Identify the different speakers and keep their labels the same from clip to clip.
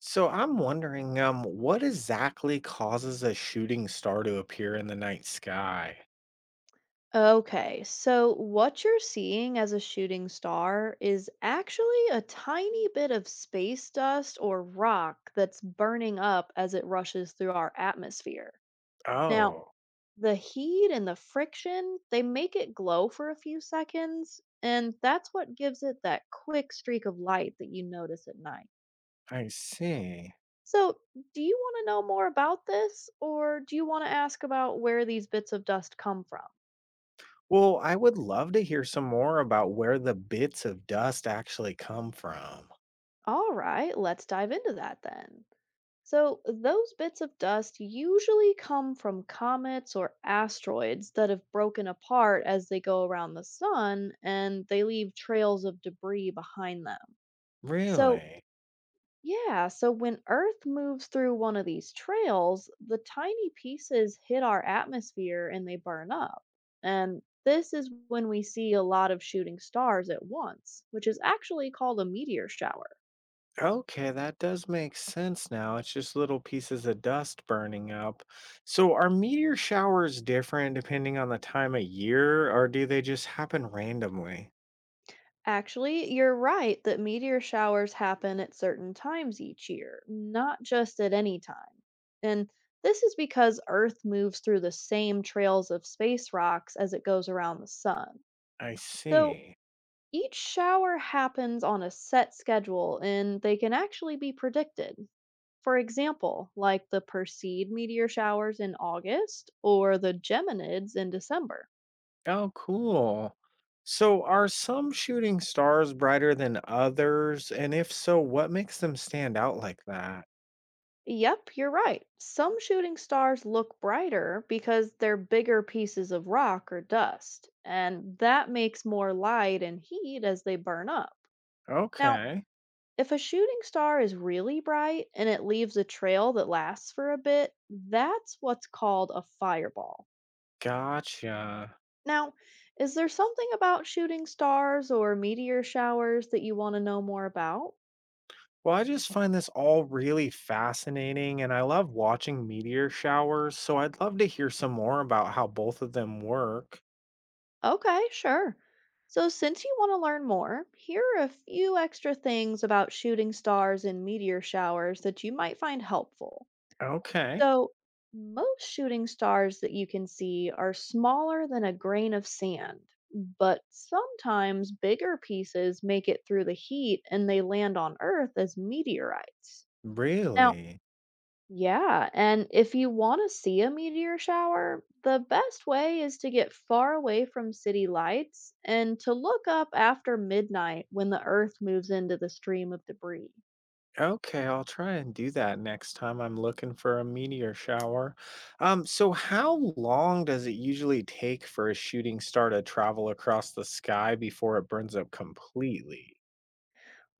Speaker 1: So I'm wondering, what exactly causes a shooting star to appear in the night sky?
Speaker 2: Okay, so what you're seeing as a shooting star is actually a tiny bit of space dust or rock that's burning up as it rushes through our atmosphere. Now,
Speaker 1: Oh,
Speaker 2: the heat and the friction, they make it glow for a few seconds, and that's what gives it that quick streak of light that you notice at night.
Speaker 1: I see.
Speaker 2: So, do you want to know more about this, or do you want to ask about where these bits of dust come from?
Speaker 1: Well, I would love to hear some more about where the bits of dust actually come from.
Speaker 2: All right, let's dive into that then. So, those bits of dust usually come from comets or asteroids that have broken apart as they go around the sun and they leave trails of debris behind them. So,
Speaker 1: Really?
Speaker 2: yeah, so when Earth moves through one of these trails, the tiny pieces hit our atmosphere and they burn up. And this is when we see a lot of shooting stars at once, which is actually called a meteor shower.
Speaker 1: Okay, that does make sense now. It's just little pieces of dust burning up. So are meteor showers different depending on the time of year, or do they just happen randomly?
Speaker 2: Actually, you're right that meteor showers happen at certain times each year, not just at any time. And this is because Earth moves through the same trails of space rocks as it goes around the sun.
Speaker 1: I
Speaker 2: So
Speaker 1: see.
Speaker 2: each shower happens on a set schedule and they can actually be predicted. For example, like the Perseid meteor showers in August or the Geminids in December.
Speaker 1: Oh, cool. So, are some shooting stars brighter than others? And if so, what makes them stand out like that?
Speaker 2: Yep, you're right. Some shooting stars look brighter because they're bigger pieces of rock or dust, and that makes more light and heat as they burn up. Now,
Speaker 1: Okay,
Speaker 2: if a shooting star is really bright and it leaves a trail that lasts for a bit, that's what's called a fireball.
Speaker 1: gotcha.
Speaker 2: Now, is there something about shooting stars or meteor showers that you want to know more about?
Speaker 1: Well, I just find this all really fascinating and I love watching meteor showers, so I'd love to hear some more about how both of them work.
Speaker 2: Okay, sure. So, since you want to learn more, here are a few extra things about shooting stars and meteor showers that you might find helpful.
Speaker 1: Okay,
Speaker 2: So, most shooting stars that you can see are smaller than a grain of sand, but sometimes bigger pieces make it through the heat and they land on Earth as meteorites. Now,
Speaker 1: really?
Speaker 2: yeah, and if you want to see a meteor shower, the best way is to get far away from city lights and to look up after midnight when the Earth moves into the stream of debris.
Speaker 1: Okay, I'll try and do that next time I'm looking for a meteor shower. So how long does it usually take for a shooting star to travel across the sky before it burns up completely?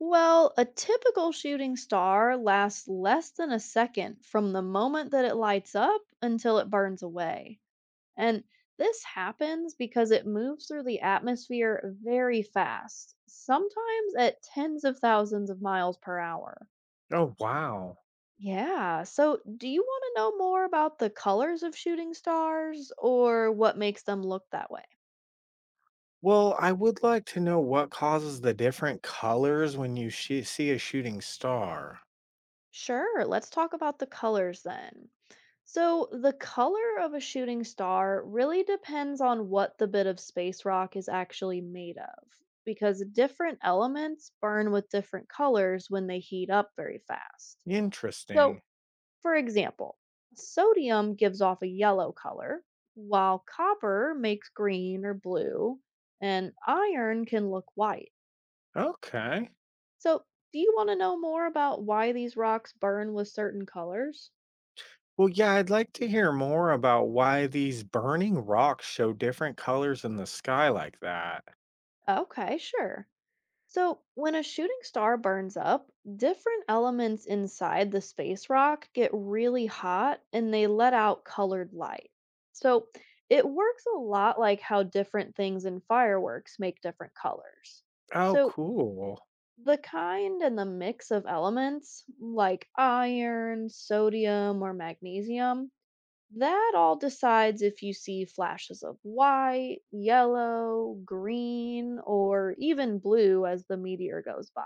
Speaker 2: Well, a typical shooting star lasts less than a second from the moment that it lights up until it burns away. And this happens because it moves through the atmosphere very fast, sometimes at tens of thousands of miles per hour.
Speaker 1: Oh, wow.
Speaker 2: Yeah. So, do you want to know more about the colors of shooting stars or what makes them look that way?
Speaker 1: Well, I would like to know what causes the different colors when you see a shooting star.
Speaker 2: Sure. Let's talk about the colors then. So, the color of a shooting star really depends on what the bit of space rock is actually made of, because different elements burn with different colors when they heat up very fast. So,
Speaker 1: Interesting.
Speaker 2: For example, sodium gives off a yellow color, while copper makes green or blue, and iron can look white.
Speaker 1: Okay.
Speaker 2: So, do you want to know more about why these rocks burn with certain colors?
Speaker 1: Well, yeah, I'd like to hear more about why these burning rocks show different colors in the sky like that.
Speaker 2: Okay, sure. So, when a shooting star burns up, different elements inside the space rock get really hot and they let out colored light. So, it works a lot like how different things in fireworks make different colors.
Speaker 1: Oh,
Speaker 2: So,
Speaker 1: cool.
Speaker 2: the kind and the mix of elements, like iron, sodium, or magnesium, that all decides if you see flashes of white, yellow, green, or even blue as the meteor goes by.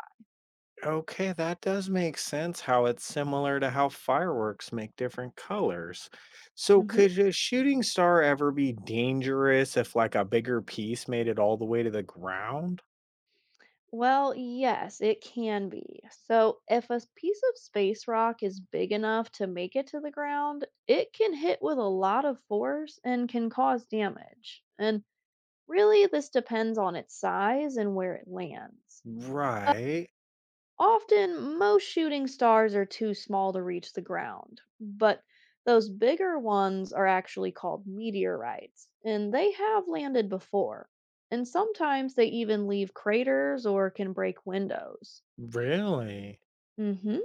Speaker 1: Okay, that does make sense how it's similar to how fireworks make different colors. So,
Speaker 2: hmm
Speaker 1: could a shooting star ever be dangerous if, like, a bigger piece made it all the way to the ground?
Speaker 2: Well, yes, it can be. So, if a piece of space rock is big enough to make it to the ground, it can hit with a lot of force and can cause damage. And really, this depends on its size and where it lands.
Speaker 1: Right.
Speaker 2: Often, most shooting stars are too small to reach the ground, but those bigger ones are actually called meteorites, and they have landed before. And sometimes they even leave craters or can break windows.
Speaker 1: Really?
Speaker 2: hmm.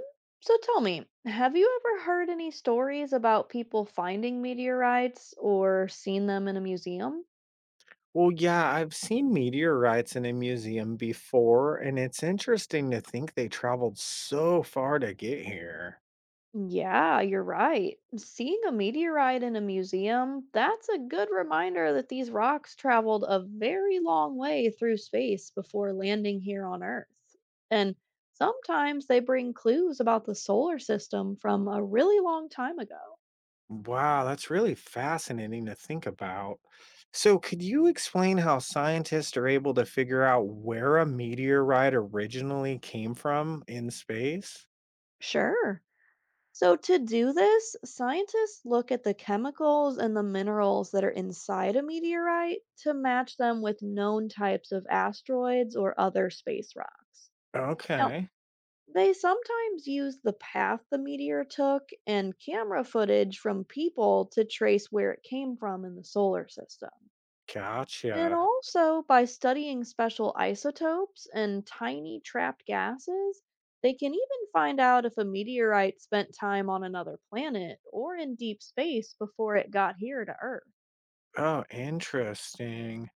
Speaker 2: So tell me, have you ever heard any stories about people finding meteorites or seen them in a museum?
Speaker 1: Well, yeah, I've seen meteorites in a museum before, and it's interesting to think they traveled so far to get here.
Speaker 2: Yeah, you're right. Seeing a meteorite in a museum, that's a good reminder that these rocks traveled a very long way through space before landing here on Earth. And sometimes they bring clues about the solar system from a really long time ago.
Speaker 1: Wow, that's really fascinating to think about. So, could you explain how scientists are able to figure out where a meteorite originally came from in space?
Speaker 2: Sure. So, to do this, scientists look at the chemicals and the minerals that are inside a meteorite to match them with known types of asteroids or other space rocks. Now,
Speaker 1: Okay,
Speaker 2: They sometimes use the path the meteor took and camera footage from people to trace where it came from in the solar system. And
Speaker 1: gotcha.
Speaker 2: also, by studying special isotopes and tiny trapped gases, they can even find out if a meteorite spent time on another planet or in deep space before it got here to Earth.
Speaker 1: Oh, interesting.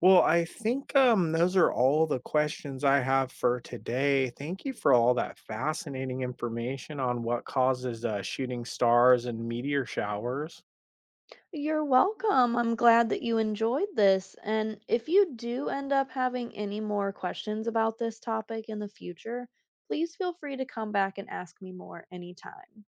Speaker 1: Well, I think those are all the questions I have for today. Thank you for all that fascinating information on what causes shooting stars and meteor showers.
Speaker 2: You're welcome. I'm glad that you enjoyed this. And if you do end up having any more questions about this topic in the future, please feel free to come back and ask me more anytime.